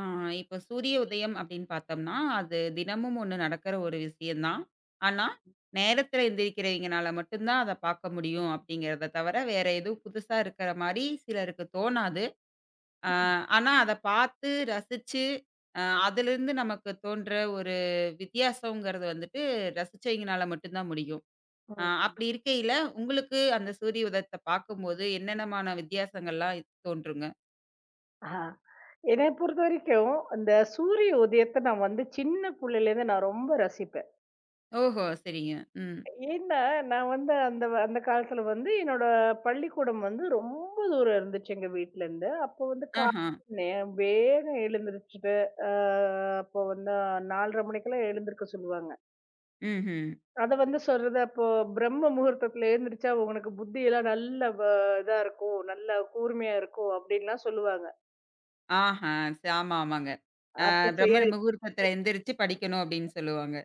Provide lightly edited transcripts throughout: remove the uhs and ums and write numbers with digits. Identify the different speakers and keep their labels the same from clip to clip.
Speaker 1: ஆ இப்ப சூரிய உதயம் அப்படின்னு பார்த்தோம்னா, அது தினமும் ஒண்ணு நடக்கிற ஒரு விஷயம் தான். ஆனா, நேரத்தில எந்திரிக்கிறவங்கனால மட்டும் தான் அத பார்க்க முடியும் அப்படிங்கிறத தவிர, வேற எதுவும் புதுசா இருக்கிற மாரி சிலருக்கு தோணாது. ஆ
Speaker 2: ம்.
Speaker 1: ஆனா அத பார்த்து ரசிச்சு, அதிலிருந்து நமக்கு தோன்ற ஒரு வித்தியாசங்கிறது வந்துட்டு ரசிச்சவைங்கனால மட்டும் தான் முடியும். அப்படி இருக்கையில, உங்களுக்கு அந்த சூரிய உதயத்த பார்க்கும்போது என்னென்னமான வித்தியாசங்கள்லாம் தோன்றுங்க?
Speaker 2: ஆஹா. என்னை பொறுத்த வரைக்கும், அந்த சூரிய உதயத்த நான் வந்து சின்ன புள்ளையிலேருந்து நான் ரொம்ப ரசிப்பேன்.
Speaker 1: ஓஹோ! சரிங்க. ம்.
Speaker 2: ஏன்னா, நான் வந்து அந்த காலத்துல வந்து என்னோட பள்ளிக்கூடம் வந்து ரொம்ப தூரம் இருந்துச்சு எங்க வீட்லருந்து. அப்போ வந்து
Speaker 1: ஆஹ.
Speaker 2: காலையில வேகம் எழுந்திரிச்சுட்டு, அ அப்போ வந்து 4:30 மணிக்கெல்லாம் எழுந்திருக்க சொல்லுவாங்க.
Speaker 1: ம்ஹ்ம்.
Speaker 2: அத வந்து சொல்றது அப்போ பிரம்ம முகூர்த்தத்துல எழுந்திரிச்சா உங்களுக்கு புத்தியெல்லாம் நல்ல இதா இருக்கும், நல்லா கூர்மையா இருக்கும் அப்டின்லாம் சொல்லுவாங்க.
Speaker 1: ஆஹா! ஆமா, ஆமாங்க.
Speaker 2: அப்போ
Speaker 1: பிரம்ம
Speaker 2: செய்ற
Speaker 1: முகூர்த்தத்துல எந்திரிச்சு படிக்கணும் அப்படின்னு சொல்லுவாங்க.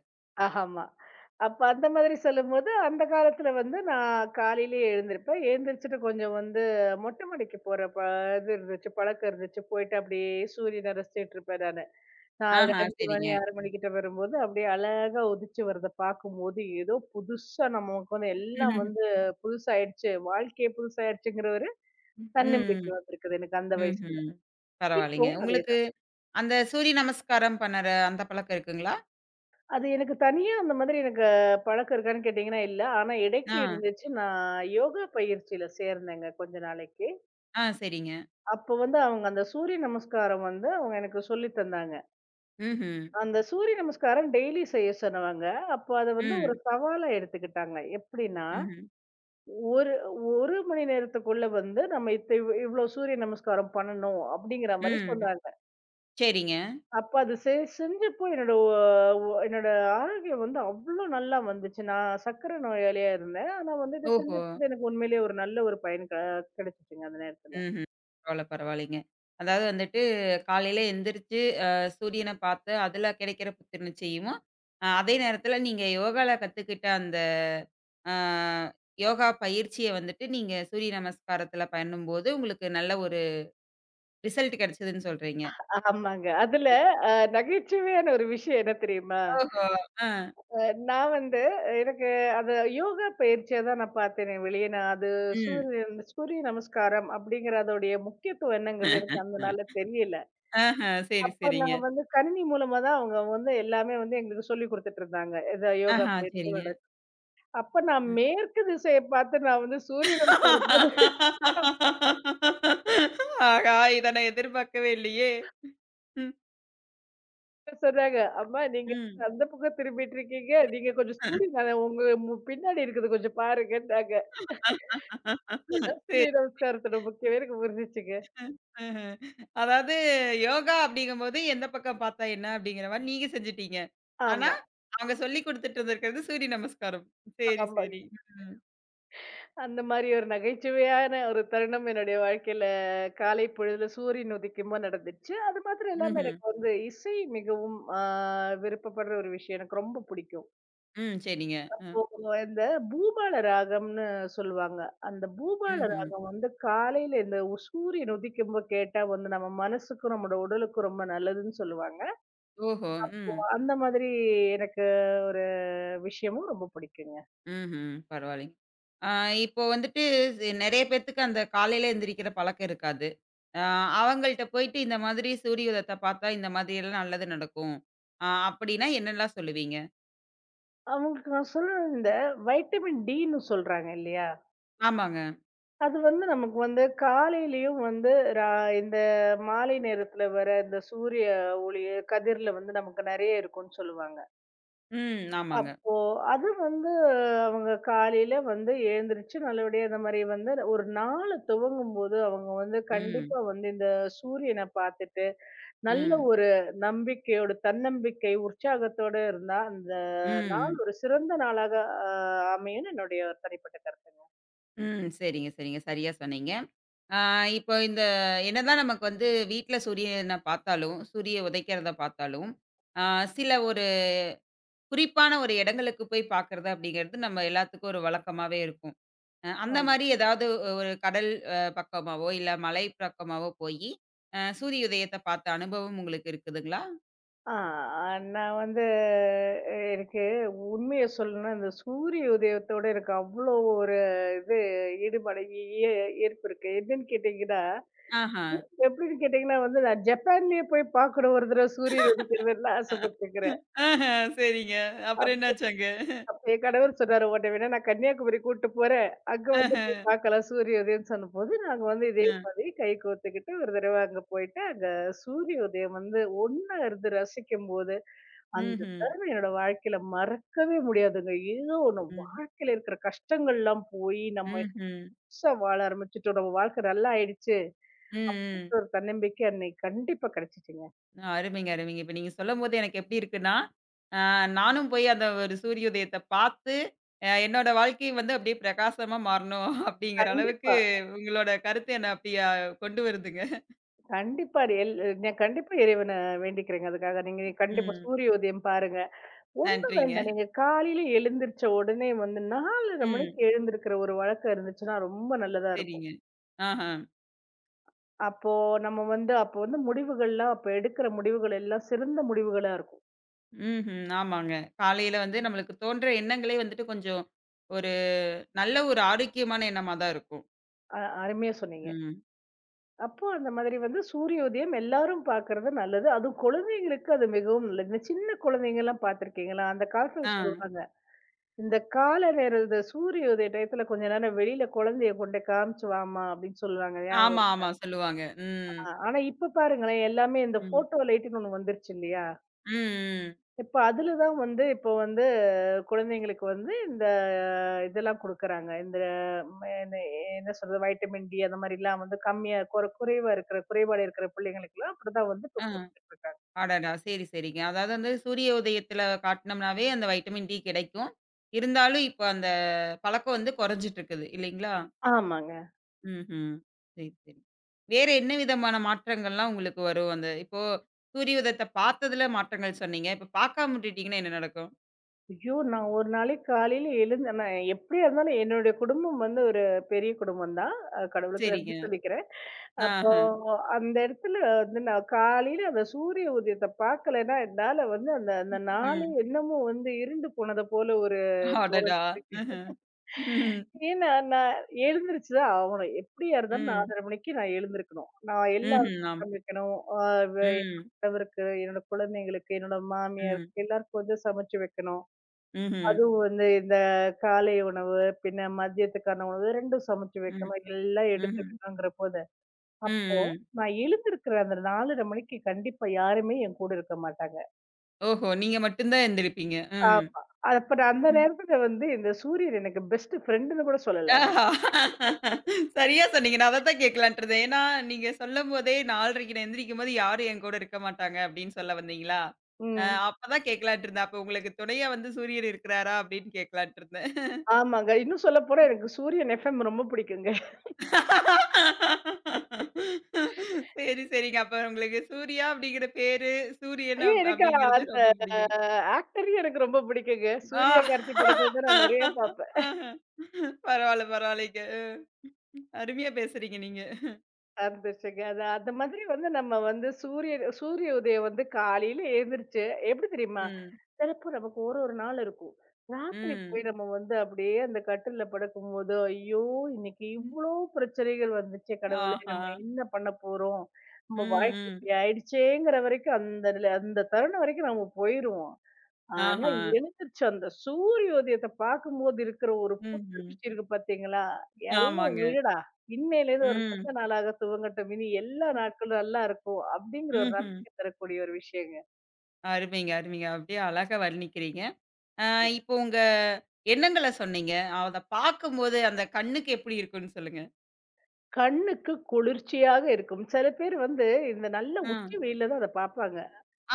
Speaker 2: ஆமா. அப்ப அந்த மாதிரி சொல்லும்போது, அந்த காலத்துல வந்து நான் காலையிலேயே எழுந்திருப்பேன். எழுந்திரிச்சுட்டு கொஞ்சம் வந்து மொட்டை மாடிக்கு போற ப இது இருந்துச்சு, பழக்கம் இருந்துச்சு. போயிட்டு அப்படியே சூரியன ரசிச்சுட்டு இருப்பேன் நானு. 4,
Speaker 1: ஆஹா,
Speaker 2: 5 மணி,
Speaker 1: சரிங்க.
Speaker 2: 6 மணிக்கிட்ட வரும்போது, அப்படியே அழகா உதிச்சு வரத பார்க்கும்போது, ஏதோ புதுசா நமக்கு வந்து எல்லாம் வந்து புதுசாயிடுச்சு. வாழ்க்கையே புதுசாயிடுச்சுங்கிற ஒரு
Speaker 1: ம்ஹும்.
Speaker 2: தன்னம்பிக்கை வந்திருக்குது எனக்கு அந்த
Speaker 1: ம்,
Speaker 2: வயசுல.
Speaker 1: ம்ஹ்ம். பரவாயில்லைங்க.
Speaker 2: இப்பவும்
Speaker 1: உங்களுக்கு
Speaker 2: அதேதான்.
Speaker 1: அந்த சூரிய நமஸ்காரம் பண்ணற அந்த பழக்கம் இருக்குங்களா?
Speaker 2: அது எனக்கு தனியா அந்த மாதிரி எனக்கு பழக்கம் இருக்கான்னு கேட்டீங்கன்னா இல்ல. ஆனா இடைக்கு
Speaker 1: ஆ,
Speaker 2: இருந்துச்சு. நான் யோகா பயிற்சியில சேர்ந்தேங்க கொஞ்ச நாளைக்கு.
Speaker 1: ஆ சரிங்க.
Speaker 2: அப்போ வந்து அவங்க அந்த சூரிய நமஸ்காரம் வந்து அவங்க எனக்கு சொல்லி தந்தாங்க.
Speaker 1: ம்ஹ்ம்.
Speaker 2: அந்த சூரிய நமஸ்காரம் டெய்லி செய்ய சொன்னவங்க. அப்போ அத வந்து ஒரு
Speaker 1: ம்,
Speaker 2: சவாலா எடுத்துக்கிட்டாங்க. எப்படின்னா,
Speaker 1: ம்ஹ்ம்.
Speaker 2: ஒரு 1 மணி நேரத்துக்குள்ள வந்து நம்ம இத்த இவ் இவ்ளோ சூரிய நமஸ்காரம் பண்ணணும் அப்படிங்கிற மாரி
Speaker 1: ம்.
Speaker 2: சொன்னாங்க.
Speaker 1: சரிங்க.
Speaker 2: அப்ப அது செ செஞ்சப்போ என்னோட ஒ ஒ என்னோட ஆரோக்கியம் வந்து அவ்ளோ நல்லா வந்துச்சு. நான் சர்க்கரை நோயாளியா இருந்தேன். ஆனா வந்து இத
Speaker 1: ஓஹோ!
Speaker 2: செஞ்சப்போ எனக்கு உண்மையிலேயே ஒரு நல்ல ஒரு பயன் க கிடைச்சுச்சுங்க அந்த நேரத்துல.
Speaker 1: ம்ஹ்ம். பரவால்ல, பரவாயில்லைங்க. அதாவது வந்துட்டு காலையில எந்திரிச்சு அ சூரியன பார்த்து அதுல கிடைக்கிற புத்துணர்ச்சியும், அதே நேரத்துல நீங்க யோகால கத்துக்கிட்ட அந்த ஆ யோகா பயிற்சிய வந்துட்டு நீங்க சூரிய நமஸ்காரத்துல பண்ணும்போது, உங்களுக்கு நல்ல ஒரு ரிசல்ட் கிடைச்சதுன்னு சொல்றீங்க.
Speaker 2: ஆமாங்க. அதுல அ நகைச்சுவையான ஒரு விஷயம் என்ன தெரியுமா?
Speaker 1: ஓஹோ! ஆ,
Speaker 2: அ நான் வந்து எனக்கு அது யோகா பயிற்சியா தான் நான் பார்த்தேனே வெளிய நான் அது
Speaker 1: ம்.
Speaker 2: சூரிய நமஸ்காரம் அப்படிங்கிற அதோடைய முக்கியத்துவம் என்னங்கிறது எனக்கு அந்த நாள்ல தெரியல.
Speaker 1: ஆஹ, சரி,
Speaker 2: அப்ப
Speaker 1: சரிங்க.
Speaker 2: நான் வந்து கணினி மூலமா தான் அவங்க வந்து எல்லாமே வந்து எங்களுக்கு சொல்லிக் குடுத்துட்டு இருந்தாங்க. இது யோகா
Speaker 1: ஆஹா,
Speaker 2: பயிற்சி
Speaker 1: சரிங்க.
Speaker 2: அப்ப நான்
Speaker 1: ம்.
Speaker 2: மேற்கு திசைய பார்த்து நான் வந்து சூரியன்
Speaker 1: ஆஹா! இத நான் எதிர்பார்க்கவே இல்லையே! ம்,
Speaker 2: சொன்னாங்க. அம்மா நீங்க
Speaker 1: ம்.
Speaker 2: அந்த பக்கம் திரும்பிட்டு இருக்கீங்க. நீங்க கொஞ்சம் சூரியன் அலை உங்க பின்னாடி இருக்குது கொஞ்சம் பாருங்கன்னாங்க. அப்பதான்
Speaker 1: சரி.
Speaker 2: சூரிய நமஸ்காரத்தோட முக்கியம் எனக்கு புரிஞ்சுச்சுங்க.
Speaker 1: அ, ஆஹ. அதாவது யோகா அப்படிங்கும்போது, எந்த பக்கம் பார்த்தா என்ன அப்படிங்கிற மாரி நீங்க செஞ்சுட்டீங்க. ஆனா,
Speaker 2: ஆமா,
Speaker 1: அவங்க சொல்லிக் குடுத்துட்டு இருந்திருக்கிறது சூரிய நமஸ்காரம். சரி,
Speaker 2: ஆமா.
Speaker 1: சரி. ம்.
Speaker 2: அந்த மாரி ஒரு நகைச்சுவையான ஒரு தருணம் என்னுடைய வாழ்க்கையில காலை பொழுதுல சூரியன் உதிக்கும்போது நடந்துச்சு. அது மாத்திரம் இல்லாம
Speaker 1: ம்ஹ்ம்.
Speaker 2: எனக்கு வந்து இசை மிகவும் விருப்பப்படுற ஒரு விஷயம். எனக்கு ரொம்ப பிடிக்கும்.
Speaker 1: ம். சரிங்க. அ.
Speaker 2: இப்போ இந்த பூபால ராகம்னு சொல்லுவாங்க. அந்த பூபால
Speaker 1: ம்ஹ்ம்.
Speaker 2: ராகம் வந்து காலையில இந்த சூரியன் உதிக்கும்போ கேட்டா வந்து நம்ம மனசுக்கும், நம்மோட உடலுக்கும் ரொம்ப நல்லதுன்னு சொல்லுவாங்க.
Speaker 1: ஓஹோ! ம்.
Speaker 2: அந்த மாதிரி எனக்கு ஒரு விஷயமும் ரொம்ப பிடிக்குங்க.
Speaker 1: ம்ஹ்ம். பரவாயில்லைங்க. ஆ இப்போ வந்துட்டு நெறைய பேத்துக்கு அந்த காலையில எந்திரிக்கிற பழக்கம் இருக்காது. அ அவங்கள்ட்ட போயிட்டு இந்த மாதிரி சூரிய உதயத்த பார்த்தா இந்த மாதிரி எல்லாம் நல்லது நடக்கும். அப்படின்னா என்னல்லாம் சொல்லுவீங்க?
Speaker 2: அவங்களுக்கு நான் சொல்றது இந்த வைட்டமின் டின்னு சொல்றாங்க இல்லையா?
Speaker 1: ஆமாங்க.
Speaker 2: அது வந்து நமக்கு வந்து காலையிலயும் வந்து ரா இந்த மாலை நேரத்துல வர இந்த சூரிய ஒளி கதிர்ல வந்து நமக்கு நெறைய இருக்கும்னு சொல்லுவாங்க.
Speaker 1: ம். ஆமாங்க.
Speaker 2: அப்போ அது வந்து அவங்க காலையில வந்து எழுந்திரிச்சு நல்லபடியா இந்த மாரி வந்து ஒரு நாள துவங்கும்போது அவங்க வந்து
Speaker 1: ம்.
Speaker 2: கண்டிப்பா வந்து இந்த சூரியன பார்த்துட்டு, நல்ல
Speaker 1: ம்.
Speaker 2: ஒரு நம்பிக்கையோட தன்னம்பிக்கை, உற்சாகத்தோட இருந்தா அந்த
Speaker 1: ம்.
Speaker 2: நாள் ஒரு சிறந்த நாளாக அ அமையும்னு என்னுடைய ஒரு தனிப்பட்ட கருத்துங்க.
Speaker 1: ம். சரிங்க, சரிங்க. சரியா சொன்னீங்க. ஆ இப்போ இந்த என்னதான் நமக்கு வந்து வீட்ல சூரியன பார்த்தாலும், சூரிய உதைக்கிறத பார்த்தாலும், ஆ சில ஒரு குறிப்பான ஒரு இடங்களுக்கு போய் பார்க்கறது அப்படிங்கிறது நம்ம எல்லாத்துக்கும் ஒரு வழக்கமாவே இருக்கும். அந்த
Speaker 2: ஆமா.
Speaker 1: மாரி ஏதாவது ஒரு கடல் பக்கமாவோ, இல்ல மலை பக்கமாவோ போயி, சூரிய உதயத்த பார்த்த அனுபவம் உங்களுக்கு இருக்குதுங்களா?
Speaker 2: ஆ நான் வந்து எனக்கு உண்மைய சொல்லணும்னா, இந்த சூரிய உதயத்தோட எனக்கு அவ்ளோ ஒரு இது ஈடுபாடு ஈ ஈ- ஈர்ப்பு இருக்கு. என்னன்னு கேட்டீங்கன்னா,
Speaker 1: ஆஹா.
Speaker 2: எப்படின்னு கேட்டீங்கன்னா வந்து நான் ஜப்பான்லேயே போய் பார்க்கணும் ஒரு தடவ சூரியன் உதிக்கிறதுன்னு ஆசைப்பட்டுருக்கிறேன்.
Speaker 1: ஆஹா. சரிங்க. அப்புறம்
Speaker 2: அப்
Speaker 1: என்னாச்சு அங்க?
Speaker 2: அப்ப என் கணவர் சொன்னாரு, "உன்ன வேணா நான் கன்னியாகுமரி கூட்டு போறேன். அங்க வந்து போய்
Speaker 1: ஆஹ.
Speaker 2: பார்க்கலாம் சூரிய உதயம்ன்னு" சொன்னபோது, நாங்க வந்து இதே
Speaker 1: அ.
Speaker 2: மாதிரி கை கோர்த்துக்கிட்டு ஒரு தடவ அங்க போயிட்டு, அங்க சூரிய உதயம் வந்து இருந்து ரசிக்கும்போது, அந்த
Speaker 1: ம்ஹ்ம்.
Speaker 2: தருணம் என்னோட வாழ்க்கையில மறக்கவே முடியாதுங்க. ஏதோ ஒண்ணு
Speaker 1: ம்.
Speaker 2: வாழ்க்கையில இருக்கிற கஷ்டங்கள்லாம் போயி, நம்ம
Speaker 1: ம்ஹ்ம்.
Speaker 2: பெருசா வாழ ஆரம்பிச்சுட்டோம். நம்ம வாழ்க்கை நல்லா ஆயிடுச்சு.
Speaker 1: ம், ம்.
Speaker 2: ஒரு தன்னம்பிக்கை அன்னைக்கு கண்டிப்பா கிடைச்சுச்சுங்க.
Speaker 1: அருமைங்க, அருமைங்க. இப்ப நீங்க சொல்லும்போது எனக்கு எப்படி இருக்குன்னா, அ நானும் போய் அந்த ஒரு சூரிய உதயத்த பார்த்து, என்னோட வாழ்க்கை வந்து அப்படியே பிரகாசமா மாறணும் அப்படிங்கிற அளவுக்கு
Speaker 2: கண்டிப்பா,
Speaker 1: உங்களோட கருத்து என்ன அப்படியா கொண்டு வருதுங்க.
Speaker 2: கண்டிப்பா அது நான் கண்டிப்பா இறைவன வேண்டிக்கிறேங்க அதுக்காக. நீங்க நீங்க கண்டிப்பா
Speaker 1: ம்.
Speaker 2: சூரிய உதயம் பாருங்க. ஒண்ணும்
Speaker 1: நன்றிங்க.
Speaker 2: வேண்டாம். நீங்க காலையில எழுந்திரிச்ச உடனே வந்து 4:30
Speaker 1: ம்.
Speaker 2: மணிக்கு எழுந்திருக்கிற ஒரு வழக்கம் இருந்துச்சுன்னா, ரொம்ப நல்லதா
Speaker 1: சரிங்க.
Speaker 2: இருக்கும்.
Speaker 1: ஆஹ.
Speaker 2: அப்போ நம்ம வந்து அப்போ வந்து முடிவுகள்லாம் அப்ப எடுக்கிற முடிவுகள் எல்லாம் சிறந்த முடிவுகளா இருக்கும்.
Speaker 1: ம்ஹ்ம். ஆமாங்க. காலையில வந்து நம்மளுக்கு தோன்ற எண்ணங்களே வந்துட்டு கொஞ்சம் ஒரு நல்ல ஒரு ஆரோக்கியமான எண்ணமா தான் இருக்கும்.
Speaker 2: அருமையா சொன்னீங்க.
Speaker 1: ம்.
Speaker 2: அப்போ அந்த மாதிரி வந்து சூரிய உதயம் எல்லாரும் பார்க்கறது நல்லது. அதுவும் குழந்தைங்களுக்கு அது மிகவும் நல்லது. இந்த சின்ன குழந்தைங்கலாம் பார்த்துருக்கீங்களா? அந்த காலத்துல
Speaker 1: ஆ.
Speaker 2: சொல்லுவாங்க. இந்த காலை நேர இந்த சூரிய உதய டயத்துல கொஞ்ச நேரம் வெளியில குழந்தைய கொண்டு காமிச்சு வாம்மா அப்படின்னு சொல்லுவாங்க. ஞாபகம்
Speaker 1: ஆமா,
Speaker 2: இருக்கா?
Speaker 1: ஆமா. சொல்லுவாங்க. ம்.
Speaker 2: ஆனா இப்ப பாருங்களேன் எல்லாமே இந்த
Speaker 1: ம்.
Speaker 2: போட்டோ லைட்ன்னு ஒண்ணு வந்துருச்சு இல்லையா?
Speaker 1: ம். ம்.
Speaker 2: இப்ப அதுல தான் வந்து இப்போ வந்து குழந்தைங்களுக்கு வந்து இந்த இதெல்லாம் குடுக்குறாங்க. இந்த ம என்ன என்ன சொல்றது? வைட்டமின் டி அந்த மாரிலாம் வந்து கம்மியா குறைவா இருக்கிற குறைபாடு இருக்கிற பிள்ளைங்களுக்கெல்லாம் அப்படிதான் வந்து இப்ப
Speaker 1: ஆ.
Speaker 2: குடுத்துட்டு இருக்காங்க.
Speaker 1: அடடா! சரி, சரிங்க. அதாவது வந்து சூரிய உதயத்துல காட்டுனம்னாவே அந்த வைட்டமின் டி கிடைக்கும். இருந்தாலும் இப்ப அந்த பழக்கம் வந்து குறைஞ்சிட்டு இருக்குது இல்லைங்களா?
Speaker 2: ஆமாங்க.
Speaker 1: ம்ஹ்ம். சரி, சரி. வேற என்ன விதமான மாற்றங்கள்லாம் உங்களுக்கு வரும்? அந்த இப்போ சூரிய உதயத்த பார்த்ததுல மாற்றங்கள் சொன்னீங்க. இப்ப பார்க்காம விட்டுட்டீங்கன்னா என்ன நடக்கும்?
Speaker 2: ஐயோ! நான் ஒரு நாளைக்கு காலையில எழுந்து நான் எப்படியா இருந்தாலும் என்னுடைய குடும்பம் வந்து ஒரு பெரிய குடும்பம் தான். கடவுளுக்கு நன்றி
Speaker 1: சரிங்க.
Speaker 2: சொல்லிக்கிறேன். அப்போ
Speaker 1: ஆஹ.
Speaker 2: அந்த இடத்துல வந்து நான் காலையில அந்த சூரிய உதயத்த பார்க்கலன்னா, என்னால வந்து அந்த அந்த நாளே
Speaker 1: ம்.
Speaker 2: என்னமோ வந்து இருண்டு போனது போல ஒரு தோணல்
Speaker 1: அடடா!
Speaker 2: இருக்கு.
Speaker 1: ஆஹ. ம்.
Speaker 2: ஏன்னா, நான் எழுந்திருச்சு தான் ஆவணும். எப்படியா இருந்தாலும்
Speaker 1: ம்ஹ்ம்.
Speaker 2: 4:30 மணிக்கு நான் எழுந்திருக்கணும். நான் எல்லாருக்கும்
Speaker 1: ஆமா.
Speaker 2: சமைக்கணும். அ வே
Speaker 1: ம்.
Speaker 2: கணவருக்கு, என்னோட குழந்தைங்களுக்கு, என்னோட
Speaker 1: ம்.
Speaker 2: மாமியாருக்கு எல்லாருக்கும் வந்து சமைச்சு வைக்கணும்.
Speaker 1: ம்ஹ்ம்.
Speaker 2: அதுவும் வந்து இந்த காலை உணவு, பின்ன மதியத்துக்கான உணவு 2ம் சமைச்சு
Speaker 1: ம்.
Speaker 2: வைக்கணும். எல்லாம் எடுத்து
Speaker 1: ம்ஹ்ம்.
Speaker 2: வைக்கணுங்கிற போது,
Speaker 1: ம்.
Speaker 2: அப்போ
Speaker 1: ம்.
Speaker 2: நான் எழுந்திருக்கிற அந்த 4:30 மணிக்கு கண்டிப்பா யாருமே என் கூட இருக்க மாட்டாங்க.
Speaker 1: ஓஹோ! நீங்க மட்டும் தான் எந்திரிப்பீங்க.
Speaker 2: ஆமா. அப்ப நான் அந்த
Speaker 1: ம்.
Speaker 2: நேரத்துல வந்து இந்த சூரியன் எனக்கு பெஸ்ட் ஃபிரெண்டுன்னு கூட சொல்லலாம்.
Speaker 1: ஆஹா! சரியா சொன்னீங்க. நான் அதத்தான் கேட்கலான்ட்டு இருந்தேன். ஏன்னா, நீங்க சொல்லும்போதே 4:30க்கு நான் எந்திரிக்கும்போது யாரும் என் கூட இருக்க மாட்டாங்க அப்டின்னு சொல்ல வந்தீங்களா? அ
Speaker 2: ம்.
Speaker 1: அப்பதான் கேட்கலான்ட்டு இருந்தேன். அப்ப உங்களுக்கு துணையா வந்து சூரியன் இருக்கிறாரா அப்டின்னு கேட்கலான்ட்டு இருந்தேன்.
Speaker 2: ஆமாங்க. இன்னும் சொல்லப்போனா எனக்கு சூரியன் எஃப்எம் ரொம்ப பிடிக்குங்க.
Speaker 1: சரி, சரிங்க. அப்ப உங்களுக்கு சூர்யா அப்டிங்கிற பேரு, சூரியன்
Speaker 2: ஐயோ! எனக்கு
Speaker 1: அப்டிங்கிறது
Speaker 2: அந்த
Speaker 1: ரொம்ப பிடிக்கும்.
Speaker 2: ஆக்டரையும் எனக்கு ரொம்ப பிடிக்குங்க.
Speaker 1: ஆ.
Speaker 2: சூர்யா, கார்த்தி படங்கள் தான் நான் நெறைய பாப்பேன்.
Speaker 1: ஆஹ. பரவால்ல, பரவால்லைங்க. அ. அருமையா பேசுறீங்க நீங்க.
Speaker 2: சந்தோஷங்க. அது அந்த மாதிரி வந்து நம்ம வந்து சூரியன் சூரிய உதயம் வந்து காலையில எழுந்திரிச்சு எப்படி தெரியுமா?
Speaker 1: ம்.
Speaker 2: சிலப்போ நமக்கு ஒரு ஒரு நாள் இருக்கும். ராத்திரி
Speaker 1: ம்.
Speaker 2: போய் நம்ம வந்து அப்படியே அந்த கட்டில்ல படுக்கும்போது, ஐயோ! இன்னைக்கு
Speaker 1: ம்.
Speaker 2: இவ்ளோ பிரச்சனைகள் வந்துச்சே கடவுளே!
Speaker 1: ஆஹா.
Speaker 2: நம்ம என்ன பண்ண போறோம்? நம்ம வாழ்க்கை
Speaker 1: ம், ம்.
Speaker 2: இப்படி ஆயிடுச்சேங்கிற வரைக்கும் அந்த அந்த தருணம் வரைக்கும் நம்ம போயிருவோம். ஆனா
Speaker 1: ஆஹா.
Speaker 2: எழுந்திருச்சு அந்த சூரிய உதயத்தை பார்க்கும்போது இருக்கிற ஒரு
Speaker 1: ம்ஹ்ம்.
Speaker 2: புத்துணர்ச்சி இருக்கு பாத்தீங்களா? எல்லாம்
Speaker 1: ஆமாங்க.
Speaker 2: விடுடா! இன்னையிலேருந்து ஒரு
Speaker 1: ம்.
Speaker 2: நல்ல நாளாக துவங்கட்டும். இனி எல்லா நாட்களும் நல்லா இருக்கும். அப்படிங்கிற ஒரு
Speaker 1: ம்ஹ்ம்.
Speaker 2: நம்பிக்கை தரக்கூடிய ஒரு விஷயங்க.
Speaker 1: அருமைங்க, அருமைங்க. அப்படியே அழகா வர்ணிக்கிறீங்க. அ இப்போ உங்க எண்ணங்கள சொன்னீங்க. அத பார்க்கும்போது அந்த கண்ணுக்கு எப்படி இருக்கும்னு சொல்லுங்க?
Speaker 2: கண்ணுக்கு குளிர்ச்சியாக இருக்கும். சில பேர் வந்து இந்த நல்ல
Speaker 1: அ.
Speaker 2: உச்சி வெயில்ல தான் அத பார்ப்பாங்க.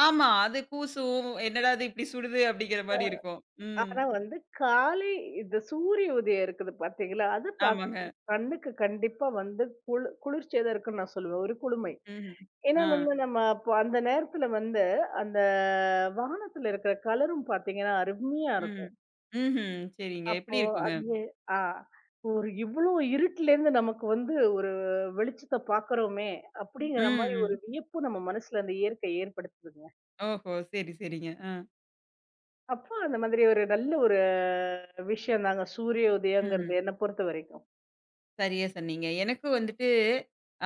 Speaker 1: ஆமா. அது கூசும். "என்னடா இது இப்படி சுடுது?" அப்படிங்கிற மாரி இருக்கும். ம்.
Speaker 2: ஆனா வந்து காலை இந்த சூரிய உதயம் இருக்குது பார்த்தீங்களா, அது
Speaker 1: ஆமாங்க.
Speaker 2: பார்க்கும்போது கண்ணுக்கு கண்டிப்பா வந்து குளிர்ச்சியா தான் இருக்குன்னு நான் சொல்லுவேன். ஒரு குளுமை.
Speaker 1: ம்ஹ்ம்.
Speaker 2: ஏன்னா
Speaker 1: ஆ.
Speaker 2: வந்து நம்ம அப்போ அந்த நேரத்துல வந்து அந்த வானத்துல இருக்கிற கலரும் பார்த்தீங்கன்னா, அருமையா
Speaker 1: ம்.
Speaker 2: இருக்கும்.
Speaker 1: ம்ஹ்ம். சரிங்க. எப்படி
Speaker 2: அப்போ
Speaker 1: இருக்குங்க?
Speaker 2: அது ஏ- ஆ ஒரு இவ்ளோ இருட்டுலேருந்து நமக்கு வந்து ஒரு வெளிச்சத்த பார்க்குறோமே!
Speaker 1: ம்,
Speaker 2: அப்படிங்கிற மாரி ஒரு
Speaker 1: ம்.
Speaker 2: வியப்பும் நம்ம மனசுல அந்த இயற்கை ஏற்படுத்துதுங்க.
Speaker 1: ஓஹோ! சரி, சரிங்க. ஆ.
Speaker 2: அப்ப அந்த மாதிரி ஒரு நல்ல ஒரு விஷயம் தாங்க. சூரிய உதயங்கிறது
Speaker 1: ம்.
Speaker 2: என்ன பொறுத்தவரைக்கும்.
Speaker 1: சரியா சொன்னீங்க. எனக்கும் வந்துட்டு,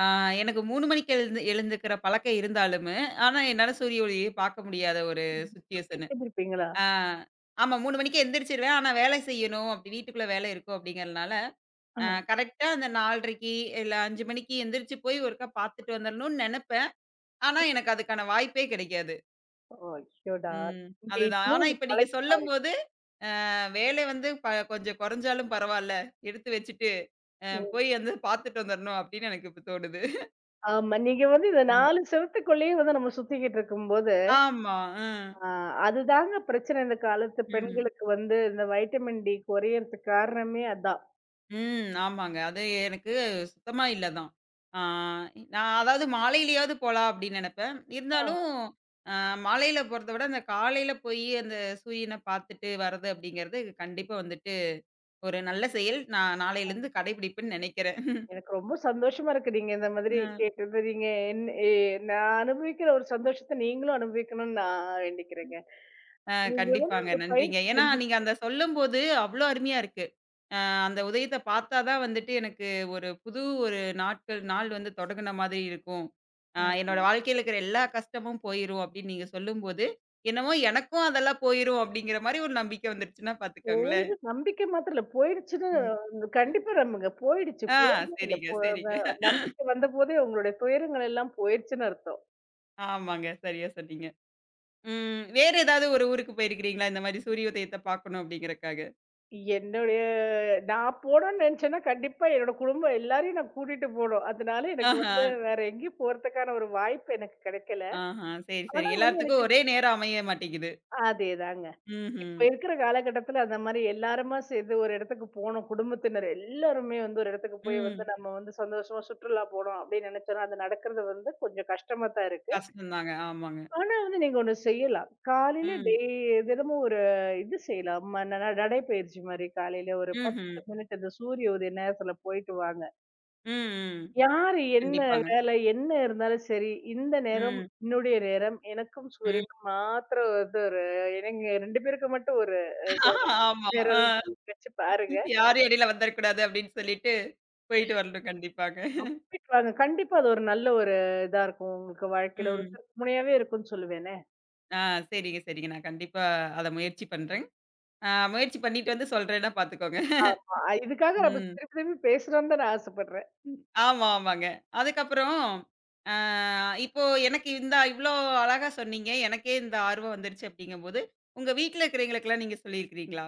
Speaker 1: ஆ எனக்கு 3 மணிக்கு எழுந்துக்கிற பழக்கம் இருந்தாலுமே, ஆனா என்னால சூரிய ஒளிய பார்க்க முடியாத ஒரு சிச்சுவேஷனு.
Speaker 2: எந்திரிப்பீங்களா?
Speaker 1: ஆ ஆமா 3 மணிக்கு எந்திரிச்சுருவேன். ஆனா வேலை செய்யணும், அப்படி வீட்டுக்குள்ள வேலை இருக்கும் அப்படிங்கிறதுனால,
Speaker 2: ஆ.
Speaker 1: கரெக்ட்டா அந்த 4:30க்கு இல்ல 5 மணிக்கு எந்திரிச்சு போய் ஒருக்கா பார்த்துட்டு வந்துரணும்னு நெனப்பேன். ஆனா எனக்கு அதுக்கான வாய்ப்பே கிடைக்காது.
Speaker 2: ஐயோடா!
Speaker 1: ம்.
Speaker 2: இங்க
Speaker 1: அதுதான்.
Speaker 2: இப்பவே
Speaker 1: ஆனா
Speaker 2: இத
Speaker 1: இப்ப நீங்க
Speaker 2: பழகி
Speaker 1: சொல்லும்போது, வேலை வந்து கொஞ்சம் கொறஞ்சாலும் பரவால்ல, எடுத்து வச்சுட்டு,
Speaker 2: ம்.
Speaker 1: போய் வந்து பார்த்துட்டு வந்துரணும் அப்படின்னு எனக்கு இப்ப தோணுது.
Speaker 2: ஆமா. நீங்க வந்து இந்த
Speaker 1: ம்.
Speaker 2: 4 செவுத்துக்குள்ளயே வந்து நம்ம சுத்திக்கிட்டு இருக்கும்போது,
Speaker 1: ஆமா. அ.
Speaker 2: ஆ அதுதாங்க பிரச்சனை இந்த காலத்து
Speaker 1: ம்.
Speaker 2: பெண்களுக்கு வந்து இந்த வைட்டமின் டி குறையறதுக்கு காரணமே அதான்.
Speaker 1: ம். ஆமாங்க. அது எனக்கு சுத்தமா இல்ல தான். ஆ நான் அதாவது மாலையிலயாவது போலாம் அப்படின்னு நெனப்பேன்.
Speaker 2: ஆ.
Speaker 1: இருந்தாலும் அ மாலையில போறத விட, அந்த காலையில போயி அந்த சூரியன பாத்துட்டு வர்றது அப்படிங்கிறது கண்டிப்பா வந்துட்டு ஒரு நல்ல செயல். நான் நாளையிலருந்து கடைபிடிப்பேன்னு நெனைக்கிறேன்.
Speaker 2: எனக்கு ரொம்ப சந்தோஷமா இருக்கு. நீங்க இந்த மாதிரி
Speaker 1: அ.
Speaker 2: கேட்டது. நீங்க என் எ நான் அனுபவிக்கிற ஒரு சந்தோஷத்த நீங்களும் அனுபவிக்கணும்னு நான் வேண்டிக்கிறேங்க. நீங்க வேணா
Speaker 1: கண்டிப்பாங்க.
Speaker 2: ஒரு
Speaker 1: நன்றிங்க.
Speaker 2: பயிற்சி
Speaker 1: ஏன்னா,
Speaker 2: செஞ்சு
Speaker 1: நீங்க அந்த சொல்லும்போது அவ்ளோ அருமையா இருக்கு. அ அந்த உதயத்த பார்த்தா தான் வந்துட்டு எனக்கு ஒரு புது ஒரு நாள் வந்து தொடங்குன மாதிரி இருக்கும்.
Speaker 2: ஆமா.
Speaker 1: என்னோட வாழ்க்கையில இருக்கிற எல்லா கஷ்டமும் போயிரும் அப்படின்னு நீங்க சொல்லும்போது, என்னமோ எனக்கும் அதெல்லாம் போயிரும் அப்படிங்கிற மாரி ஒரு நம்பிக்கை வந்துருச்சுன்னா பார்த்துக்கோங்களேன்.
Speaker 2: போயிரு நம்பிக்கை மாத்திரம் இல்ல. போயிடுச்சுன்னு
Speaker 1: ம்.
Speaker 2: கண்டிப்பா நம்புங்க. போயிடுச்சு.
Speaker 1: அ
Speaker 2: போயவே இல்ல.
Speaker 1: சரிங்க,
Speaker 2: போ
Speaker 1: சரிங்க.
Speaker 2: வ நம்பிக்கை வந்தபோதே உங்களுடைய துயரங்கள் எல்லாம் போயிருச்சுன்னு அர்த்தம்.
Speaker 1: ஆமாங்க. சரியா சொன்னீங்க. ம் வேற ஏதாவது ஒரு ஊருக்கு போயிருக்கிறீங்களா? இந்த மாரி சூரிய உதயத்த பார்க்கணும் அப்படிங்கிறக்காக?
Speaker 2: என்னுடைய நான் போணும்னு நெனச்சேன்னா, கண்டிப்பா என்னோட குடும்பம் எல்லாரையும் நான் கூட்டிட்டு போணும். அதனால எனக்கு
Speaker 1: ஆஹா,
Speaker 2: வந்து வேற எங்கேயும் போறதுக்கான ஒரு வாய்ப்பு எனக்கு கெடைக்கல.
Speaker 1: ஆஹா. சரி, சரி.
Speaker 2: ஆனா வந்து
Speaker 1: எல்லாத்துக்கும்
Speaker 2: எனக்கு
Speaker 1: ஒரே நேரம் அமைய மாட்டேங்குது.
Speaker 2: அதேதாங்க. இப்ப
Speaker 1: ம்ஹ்ம்.
Speaker 2: இருக்கிற காலகட்டத்துல அந்த மாரி எல்லாருமா சேர்ந்து ஒரு இடத்துக்கு போணும். குடும்பத்தினர் எல்லாருமே வந்து ஒரு இடத்துக்கு போய் வந்து
Speaker 1: ம்.
Speaker 2: நம்ம வந்து சந்தோஷமா சுற்றுலா போனோம் அப்படின்னு நினைச்சோம்னா, அது நடக்கிறது வந்து கொஞ்சம் கஷ்டமா தான் இருக்கு.
Speaker 1: கஷ்டம் தாங்க. ஆமாங்க.
Speaker 2: ஆனா வந்து நீங்க ஒண்ணு செய்யலாம். காலையில
Speaker 1: ம்.
Speaker 2: டெய் தினமும் ஒரு இது செய்யலாம். நடைப்பயிற்சி மாரி காலையில ஒரு
Speaker 1: ம்ஹ்ம்.
Speaker 2: 10 மினிட் அந்த சூரிய உதய நேரத்துல போயிட்டு வாங்க.
Speaker 1: ம், ம்.
Speaker 2: யாரு என்ன
Speaker 1: கண்டிப்பாங்க.
Speaker 2: வேலை, என்ன இருந்தாலும் சரி, இந்த நேரம்
Speaker 1: ம்,
Speaker 2: என்னுடைய நேரம். எனக்கும்
Speaker 1: ம்.
Speaker 2: சூரியனுக்கும் மாத்திரம் வந்து ஒரு எங்க 2 பேருக்கு மட்டும் ஒரு அ
Speaker 1: ஆமா.
Speaker 2: நேரம் வச்சு பாருங்க.
Speaker 1: யாரும் இடையில வந்துறக்கூடாது அப்டின்னு சொல்லிட்டு, போயிட்டு வரணும் கண்டிப்பாங்க.
Speaker 2: அப்படி வாங்க. கண்டிப்பா அது ஒரு நல்ல ஒரு இதா இருக்கும். உங்களுக்கு வாழ்க்கையில ஒரு
Speaker 1: ம்.
Speaker 2: திருப்புமுனையாவே இருக்கும்னு சொல்லுவேனே.
Speaker 1: ஆ சரிங்க, சரிங்க. நான் கண்டிப்பா அத முயற்சி பண்றேன். ஆ முயற்சி பண்ணிட்டு வந்து சொல்றேன்னா பார்த்துக்கோங்க.
Speaker 2: ஆமா. இதுக்காக நம்ம
Speaker 1: ம்.
Speaker 2: திருப்பி திருப்பி பேசுறோம்னு தான் நான் ஆசைப்படுறேன்.
Speaker 1: ஆமா, ஆமாங்க. அதுக்கப்புறம், ஆ இப்போ எனக்கு இந்த இவ்ளோ அழகா சொன்னீங்க. எனக்கே இந்த ஆர்வம் வந்துருச்சு அப்டிங்கும்போது, உங்க வீட்ல இருக்கிறவங்களுக்கெல்லாம் நீங்க சொல்லியிருக்கிறீங்களா?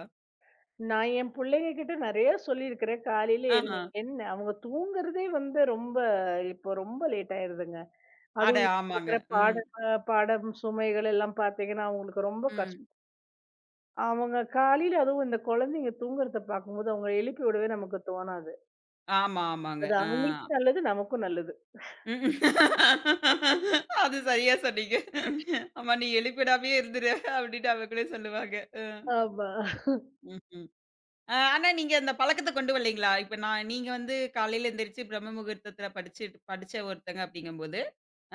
Speaker 2: நான் என் பிள்ளைங்க கிட்ட நிறைய சொல்லியிருக்கிறேன். காலையில
Speaker 1: ஆஹா.
Speaker 2: என்ன அவங்க தூங்குறதே வந்து ரொம்ப இப்போ ரொம்ப லேட் ஆயிருதுங்க.
Speaker 1: அட
Speaker 2: அதுவும் இப்ப
Speaker 1: ஆமாங்க.
Speaker 2: இருக்கிற
Speaker 1: ம்,
Speaker 2: பாடம் சுமைகள் எல்லாம் பார்த்தீங்கன்னா, அவங்களுக்கு ரொம்ப
Speaker 1: ம்.
Speaker 2: கஷ்டம். அவங்க காலையில அதுவும் இந்த குழந்தைங்க தூங்குறத பார்க்கும்போது, அவங்கள எழுப்பி விடவே நமக்கு தோணாது.
Speaker 1: ஆமா, ஆமாங்க.
Speaker 2: அது
Speaker 1: ஆ.
Speaker 2: அவங்களுக்கும் நல்லது, நமக்கும் நல்லது.
Speaker 1: ம். அது சரியா சொன்னீங்க. "ஆமா நீ எழுப்பிடாமயே இருந்துரு" அப்டின்னு அவங்களே சொல்லுவாங்க. அ.
Speaker 2: ஆமா.
Speaker 1: ம்ஹ்ம். ஆனா நீங்க அந்த பழக்கத்த கொண்டு வரலைங்களா? இப்ப நான் நீங்க வந்து காலையில எந்திரிச்சு பிரம்ம முகூர்த்தத்துல படிச்ச ஒருத்தங்க அப்டிங்கும்போது,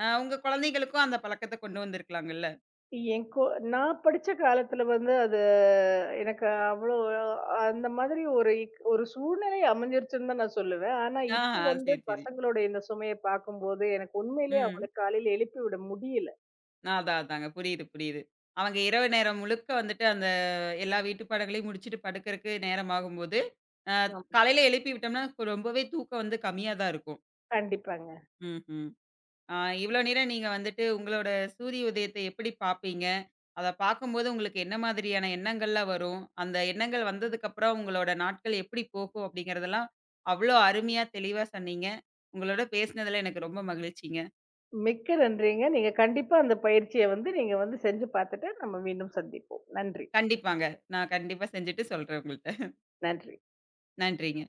Speaker 1: உங்க குழந்தைகளுக்கும் அந்த பழக்கத்த கொண்டு வந்திருக்கலாங்கல்ல?
Speaker 2: என் கொ நான் படிச்ச காலத்துல வந்து அது எனக்கு அவ்வளோ அந்த மாதிரி ஒரு ஒரு சூழ்நிலை அமைஞ்சிருச்சுன்னு தான் நான் சொல்லுவேன். ஆனா
Speaker 1: ஆஹா,
Speaker 2: இப்ப வந்து
Speaker 1: சரி, சரி.
Speaker 2: பசங்களோட இந்த சுமைய பார்க்கும்போது, எனக்கு உண்மையிலேயே
Speaker 1: ம்.
Speaker 2: அவங்கள காலையில எழுப்பி விட முடியல.
Speaker 1: அதான் அதாங்க. புரியுது, புரியுது. அவங்க இரவு நேரம் முழுக்க வந்துட்டு அந்த எல்லா வீட்டு பாடங்களையும் முடிச்சுட்டு படுக்கறக்கு நேரமாகும்போது, அ
Speaker 2: ஆமா.
Speaker 1: காலையில எழுப்பி விட்டோம்னா ரொம்பவே தூக்கம் வந்து கம்மியா தான் இருக்கும்.
Speaker 2: கண்டிப்பாங்க.
Speaker 1: ம்ஹ்ம். ஆ இவ்வளோ நேரம் நீங்க வந்துட்டு உங்களோட சூரிய உதயத்தை எப்படி பார்ப்பீங்க? அத பார்க்கும்போது உங்களுக்கு என்ன மாதிரியான எண்ணங்கள்லாம் வரும்? அந்த எண்ணங்கள் வந்ததுக்கப்புறம் உங்களோட நாட்கள் எப்படி போகும்? அப்படிங்கிறதெல்லாம் அவ்வளோ அருமையா தெளிவா சொன்னீங்க. உங்களோட பேசினதுல எனக்கு ரொம்ப மகிழ்ச்சிங்க.
Speaker 2: மிக்க நன்றிங்க. நீங்க கண்டிப்பா அந்த பயிற்சிய வந்து நீங்க வந்து செஞ்சு பார்த்துட்டு, நம்ம மீண்டும் சந்திப்போம். நன்றி,
Speaker 1: கண்டிப்பாங்க. நான் கண்டிப்பா செஞ்சுட்டு சொல்றேன் உங்கள்ட்ட.
Speaker 2: நன்றி.
Speaker 1: நன்றிங்க.